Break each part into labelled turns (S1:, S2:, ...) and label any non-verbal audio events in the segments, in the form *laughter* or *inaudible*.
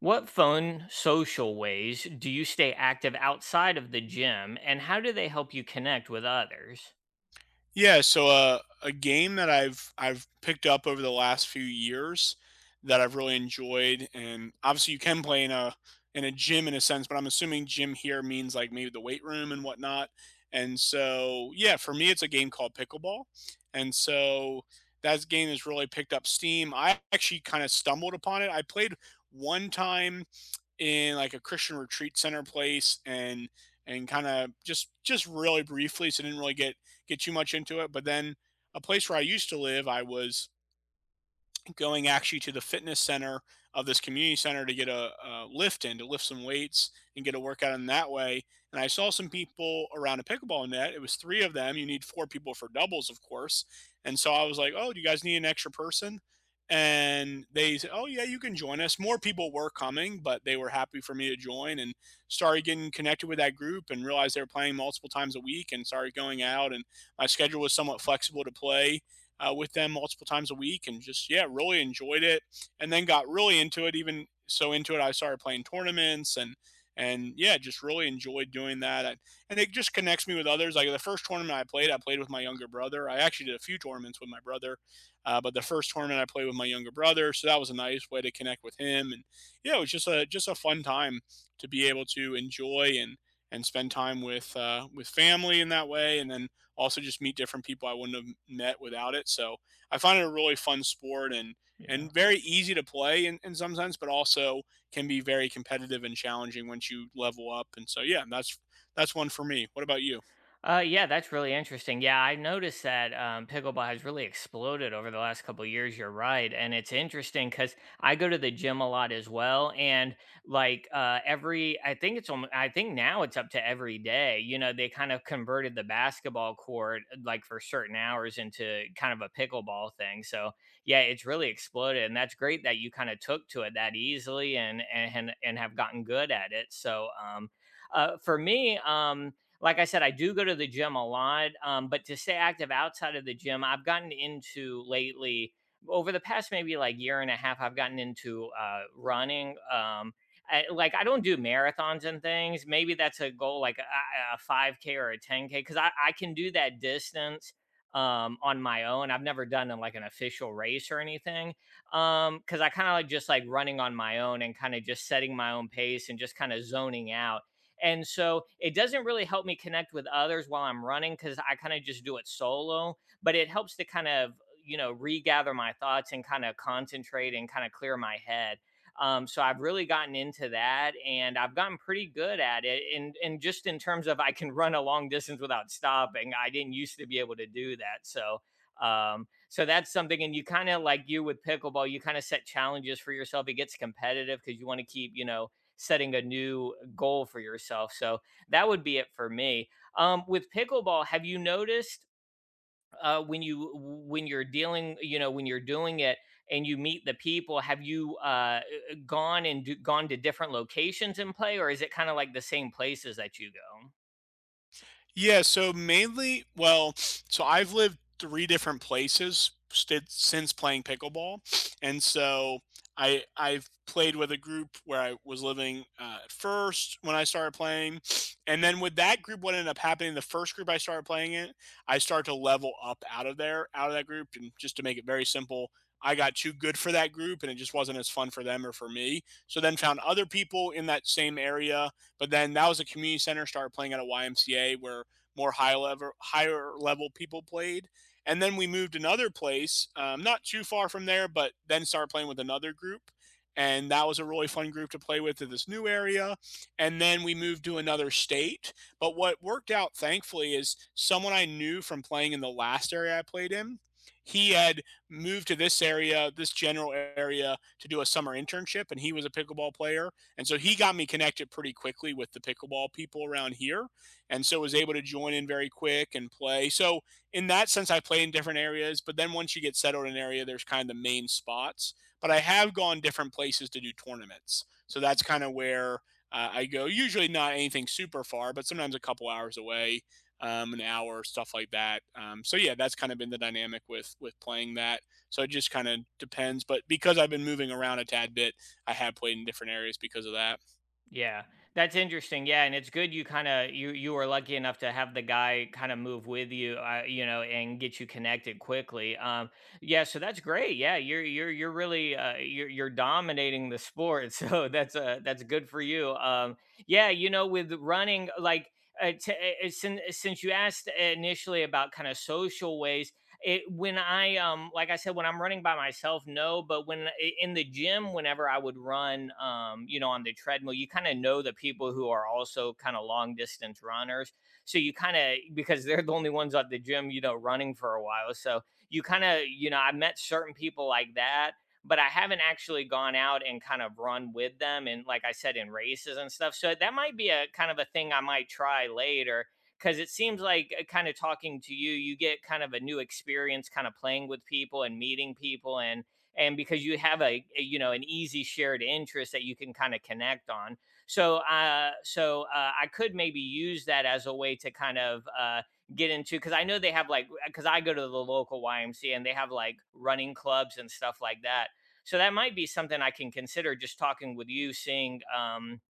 S1: What fun social ways do you stay active outside of the gym, and how do they help you connect with others?
S2: Yeah, so a game that I've picked up over the last few years that I've really enjoyed, and obviously you can play in a gym in a sense, but I'm assuming gym here means like maybe the weight room and whatnot. And so yeah, for me it's a game called pickleball, and so that game has really picked up steam. I actually kind of stumbled upon it. I played one time in like a Christian retreat center place and kind of just really briefly, so I didn't really get too much into it. But then, a place where I used to live, I was going actually to the fitness center of this community center to get a lift in, to lift some weights and get a workout in that way. And I saw some people around a pickleball net. It was three of them. You need four people for doubles, of course. And so I was like, oh, do you guys need an extra person? And they said, oh yeah, you can join us. More people were coming, but they were happy for me to join. And started getting connected with that group and realized they were playing multiple times a week, and started going out. And my schedule was somewhat flexible to play with them multiple times a week, and just, yeah, really enjoyed it. And then got really into it. Even so into it, I started playing tournaments. And yeah, just really enjoyed doing that. And it just connects me with others. Like the first tournament I played, I played with my younger brother. I actually did a few tournaments with my brother. But the first tournament I played with my younger brother, so that was a nice way to connect with him. And yeah, it was just a fun time to be able to enjoy and spend time with family in that way. And then also just meet different people I wouldn't have met without it. So I find it a really fun sport, and very easy to play in some sense, but also can be very competitive and challenging once you level up. And so yeah, that's one for me. What about you?
S1: Yeah, that's really interesting. Yeah, I noticed that pickleball has really exploded over the last couple years. You're right, and it's interesting because I go to the gym a lot as well, and like I think it's almost, I think now it's up to every day. You know, they kind of converted the basketball court like for certain hours into kind of a pickleball thing. So yeah, it's really exploded, and that's great that you kind of took to it that easily and and have gotten good at it. For me, like I said, I do go to the gym a lot, but to stay active outside of the gym, I've gotten into lately over the past maybe like year and a half, I've gotten into running. Like I don't do marathons and things. Maybe that's a goal, like a 5K or a 10K, because I can do that distance on my own. I've never done like an official race or anything, because I kind of like just like running on my own and kind of just setting my own pace and just kind of zoning out, and so it doesn't really help me connect with others while I'm running because I kind of just do it solo, but it helps to kind of, you know, regather my thoughts and kind of concentrate and kind of clear my head. So I've really gotten into that and I've gotten pretty good at it. And just in terms of I can run a long distance without stopping, I didn't used to be able to do that. So that's something. And you kind of like you with pickleball, you kind of set challenges for yourself. It gets competitive because you want to keep, you know, setting a new goal for yourself. So that would be it for me. With pickleball, have you noticed when you're dealing, you know, when you're doing it and you meet the people, have you gone to different locations and play, or is it kind of like the same places that you go?
S2: Yeah, so mainly, well, so I've lived three different places since playing pickleball, and so I've played with a group where I was living at first when I started playing. And then with that group, what ended up happening, the first group I started playing in, I started to level up out of there, out of that group. And just to make it very simple, I got too good for that group, and it just wasn't as fun for them or for me. So then found other people in that same area, but then that was a community center. Started playing at a YMCA where more high level, higher level people played. And then we moved another place, not too far from there, but then started playing with another group. And that was a really fun group to play with in this new area. And then we moved to another state. But what worked out, thankfully, is someone I knew from playing in the last area I played in, he had moved to this area, this general area, to do a summer internship, and he was a pickleball player. And so he got me connected pretty quickly with the pickleball people around here, and so was able to join in very quick and play. So in that sense, I play in different areas, but then once you get settled in an area, there's kind of the main spots. But I have gone different places to do tournaments, so that's kind of where I go. Usually not anything super far, but sometimes a couple hours away, an hour, stuff like that. So yeah, that's kind of been the dynamic with playing that. So it just kind of depends. But because I've been moving around a tad bit, I have played in different areas because of that.
S1: Yeah, that's interesting. Yeah, and it's good you kind of you you were lucky enough to have the guy kind of move with you, you know, and get you connected quickly. Yeah, so that's great. Yeah, you're really you're dominating the sport, *laughs* so that's good for you. Yeah, you know, with running, like uh, to, uh, uh, since you asked initially about kind of social ways, it, when I like I said, when I'm running by myself, no, but when in the gym, whenever I would run, you know, on the treadmill, you kind of know the people who are also kind of long distance runners, so you kind of, because they're the only ones at the gym, you know, running for a while, so you kind of you know, I met certain people like that, but I haven't actually gone out and kind of run with them and like I said in races and stuff, so that might be a kind of a thing I might try later because it seems like kind of talking to you, you get kind of a new experience kind of playing with people and meeting people, and because you have you know, an easy shared interest that you can kind of connect on, so I could maybe use that as a way to kind of get into, because I know they have like, because I go to the local YMCA and they have like running clubs and stuff like that, so that might be something I can consider, just talking with you, seeing,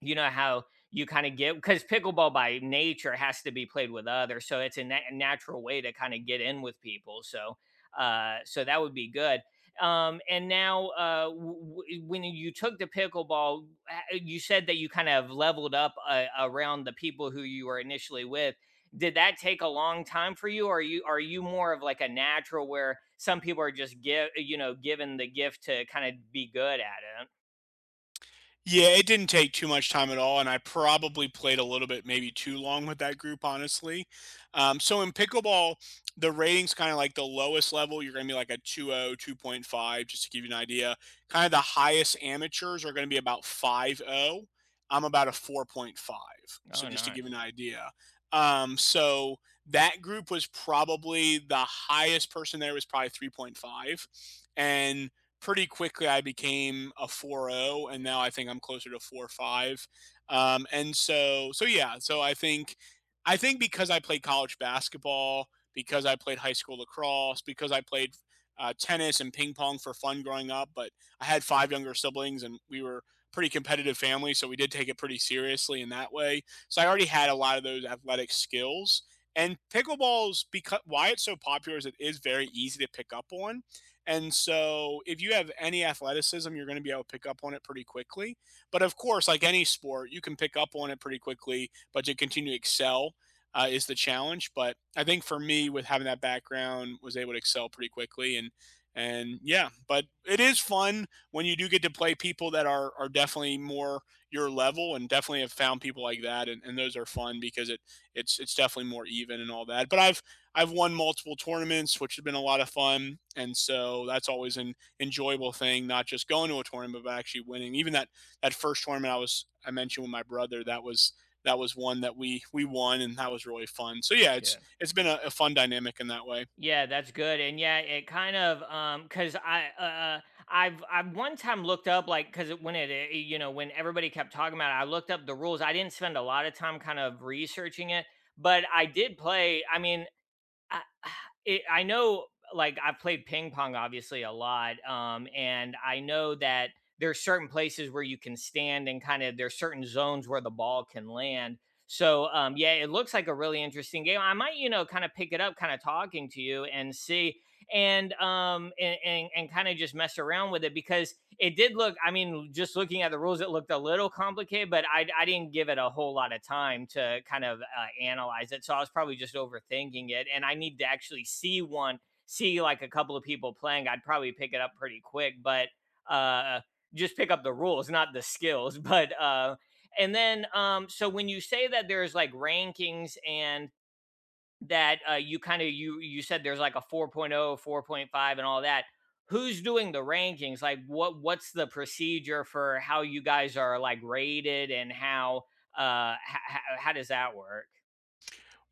S1: you know, how you kind of get, because pickleball by nature has to be played with others, so it's a natural way to kind of get in with people. So that would be good. And now when you took the pickleball, you said that you kind of leveled up around the people who you were initially with, did that take a long time for you, or are you more of like a natural where some people are just give, you know, given the gift to kind of be good at it?
S2: Yeah, it didn't take too much time at all, and I probably played a little bit, maybe too long with that group, honestly. So in pickleball, the rating's kind of like the lowest level. You're going to be like a two o, 2.5, just to give you an idea. Kind of the highest amateurs are going to be about five, I'm about a 4.5. So
S1: Oh,
S2: just to give
S1: nice.
S2: you an idea. So that group was probably the highest person there was probably 3.5. And pretty quickly I became a 4.0, and now I think I'm closer to 4.5. And so yeah, so I think because I played college basketball, because I played high school lacrosse, because I played tennis and ping pong for fun growing up. But I had five younger siblings, and we were a pretty competitive family. So we did take it pretty seriously in that way. So I already had a lot of those athletic skills. And pickleball's, because why it's so popular is it is very easy to pick up on. And so, if you have any athleticism, you're going to be able to pick up on it pretty quickly. But of course, like any sport, you can pick up on it pretty quickly, but to continue to excel is the challenge. But I think for me, with having that background, was able to excel pretty quickly. And yeah, but it is fun when you do get to play people that are definitely more your level, and definitely have found people like that. And those are fun because it's definitely more even and all that. But I've won multiple tournaments, which has been a lot of fun, and so that's always an enjoyable thing. Not just going to a tournament, but actually winning. Even that first tournament I mentioned with my brother, that was one that we won, and that was really fun. So yeah, it's
S1: Yeah.
S2: it's been a fun dynamic in that way.
S1: Yeah, that's good. And yeah, it kind of cuz I I've one time looked up, like, cuz when it, you know, when everybody kept talking about it, I looked up the rules. I didn't spend a lot of time kind of researching it, but I did play. I mean, I *sighs* it, I know, like I've played ping pong obviously a lot, and I know that there are certain places where you can stand and kind of there's certain zones where the ball can land. So yeah, it looks like a really interesting game. I might, you know, kind of pick it up, kind of talking to you and see, and kind of just mess around with it because it did look, I mean, just looking at the rules, it looked a little complicated, but I didn't give it a whole lot of time to kind of analyze it. So I was probably just overthinking it. And I need to actually see one, see like a couple of people playing. I'd probably pick it up pretty quick, but uh, just pick up the rules, not the skills. *laughs* But, and then, so when you say that there's like rankings, and, that, you kinda you said there's like a four point oh four point five and all that. Who's doing the rankings? Like, what what's the procedure for how you guys are, like, rated, and how, ho ho how does that work?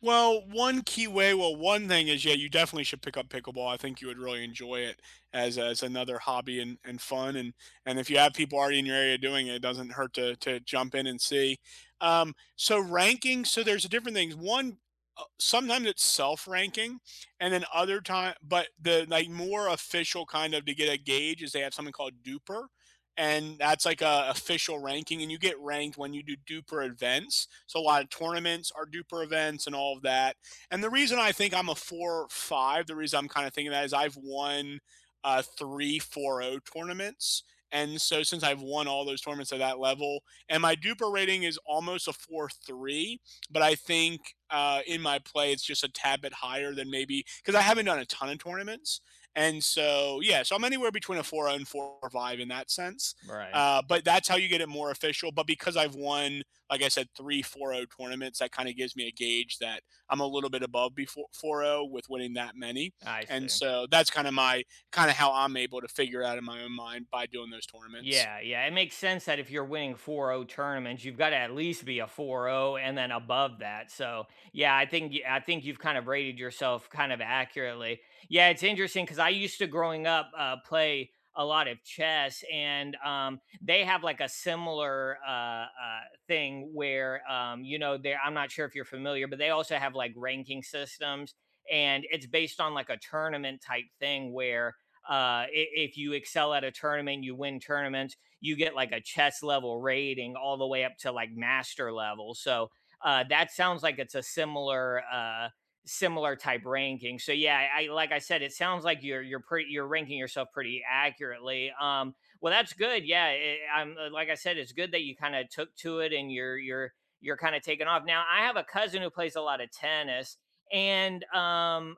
S2: Well, one key way, well, one thing is, yeah, you definitely should pick up pickleball. I think you would really enjoy it as another hobby and fun. And if you have people already in your area doing it, it doesn't hurt to jump in and see. So ranking, so there's different things. One, sometimes it's self ranking, and then other time, but the like more official kind of to get a gauge is they have something called Duper, and that's like a official ranking, and you get ranked when you do Duper events. So a lot of tournaments are Duper events and all of that. And the reason I think I'm a four or five, the reason I'm kind of thinking that is I've won three four oh tournaments. And so since I've won all those tournaments at that level, and my Duper rating is almost a 4.3. But I think in my play it's just a tad bit higher than maybe because I haven't done a ton of tournaments. And so, yeah, so I'm anywhere between a four o and 4.5 in that sense.
S1: Right,
S2: But that's how you get it more official. But because I've won, like I said, three four o tournaments, that kind of gives me a gauge that I'm a little bit above before four o with winning that many.
S1: I
S2: And
S1: see.
S2: so that's kind of my, kind of how I'm able to figure out in my own mind by doing those tournaments.
S1: Yeah, yeah. It makes sense that if you're winning four o tournaments, you've got to at least be a four o, and then above that. So, yeah, I think I think you've kind of rated yourself kind of accurately. Yeah, it's interesting cuz I used to growing up play a lot of chess, and they have like a similar thing where you know, they, I'm not sure if you're familiar, but they also have like ranking systems, and it's based on like a tournament type thing where, if you excel at a tournament, you win tournaments, you get like a chess level rating all the way up to like master level. So that sounds like it's a similar, similar type ranking. So yeah, I like I said, it sounds like you're ranking yourself pretty accurately. Well, that's good. Yeah, it, I'm Like I said, it's good that you kind of took to it and you're kind of taking off. Now, I have a cousin who plays a lot of tennis, and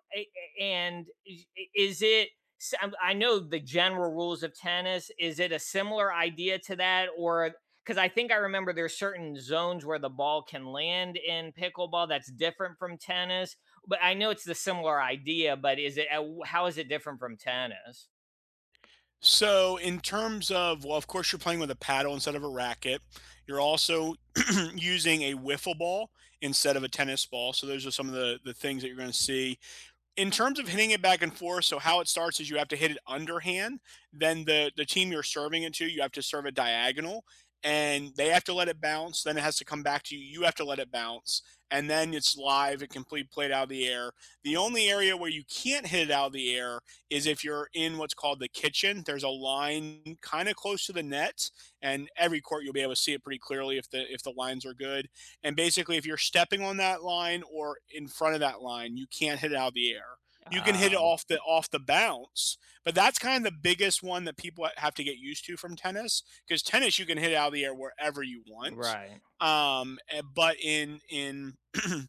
S1: and is it, I know the general rules of tennis. Is it a similar idea to that, or because I think I remember there's certain zones where the ball can land in pickleball that's different from tennis. But I know it's the similar idea. But is it how is it different from tennis?
S2: So, in terms of, well, of course, you're playing with a paddle instead of a racket. You're also *clears throat* using a wiffle ball instead of a tennis ball. So, those are some of the things that you're going to see in terms of hitting it back and forth. So how it starts is you have to hit it underhand. Then the team you're serving it to, you have to serve it diagonal, and they have to let it bounce. Then it has to come back to you. You have to let it bounce, and then it's live. It complete played out of the air. The only area where you can't hit it out of the air is if you're in what's called the kitchen. There's a line kind of close to the net, and every court you'll be able to see it pretty clearly if the lines are good. And basically, if you're stepping on that line or in front of that line, you can't hit it out of the air. You can hit it
S1: Um,
S2: off the bounce, but that's kind of the biggest one that people have to get used to from tennis, because tennis you can hit it out of the air wherever you want.
S1: right.
S2: But in *clears throat*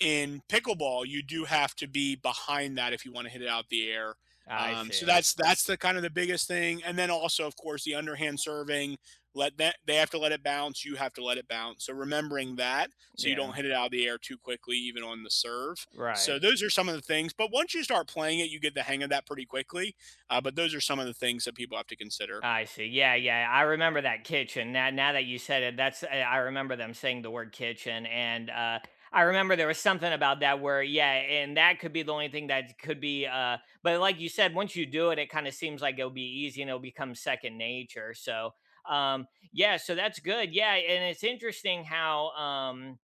S2: in pickleball, you do have to be behind that if you want to hit it out the air.
S1: I
S2: Um, so
S1: see.
S2: that's that's the kind of the biggest thing, and then also of course the underhand serving. Let that they have to let it bounce. You have to let it bounce. So remembering that, so you
S1: Yeah.
S2: don't hit it out of the air too quickly, even on the serve.
S1: Right.
S2: So those are some of the things. But once you start playing it, you get the hang of that pretty quickly. But those are some of the things that people have to consider.
S1: I see. Yeah, yeah. I remember that kitchen. Now, now that you said it, that's, I remember them saying the word kitchen, and I remember there was something about that where, yeah, and that could be the only thing that could be. But like you said, once you do it, it kind of seems like it'll be easy and it'll become second nature. So, um, yeah, so that's good. Yeah, and it's interesting how.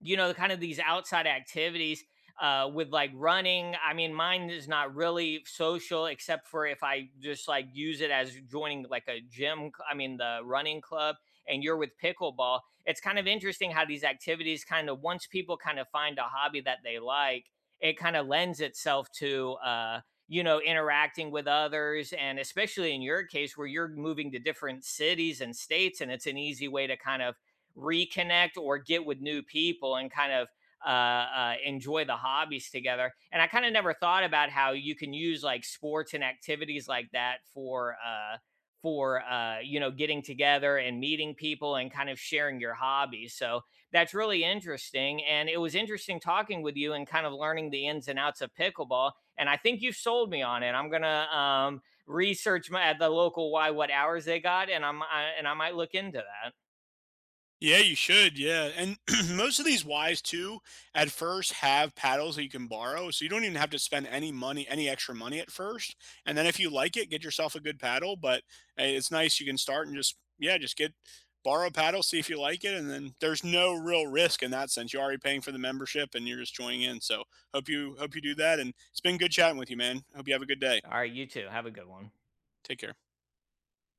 S1: You know, kind of these outside activities with like running. I mean, mine is not really social except for if I just like use it as joining like a gym. I mean, the running club. And you're with pickleball. It's kind of interesting how these activities kind of once people kind of find a hobby that they like, it kind of lends itself to you know, interacting with others, and especially in your case where you're moving to different cities and states, and it's an easy way to kind of reconnect or get with new people and kind of enjoy the hobbies together. And I kind of never thought about how you can use like sports and activities like that for you know, getting together and meeting people and kind of sharing your hobbies. So that's really interesting. And it was interesting talking with you and kind of learning the ins and outs of pickleball. And I think you've sold me on it. I'm gonna research my, at the local why, what hours they got, and and I might look into that.
S2: Yeah, you should, yeah, and *clears throat* most of these Ys too, at first, have paddles that you can borrow, so you don't even have to spend any extra money at first. And then if you like it, get yourself a good paddle. But, it's nice you can start and just, yeah, just get borrow a paddle, see if you like it, and then there's no real risk in that sense. You're already paying for the membership and you're just joining in. So hope you do that. And it's been good chatting with you, man. Hope you have a good day.
S1: All right, you too. Have a good one.
S2: Take care.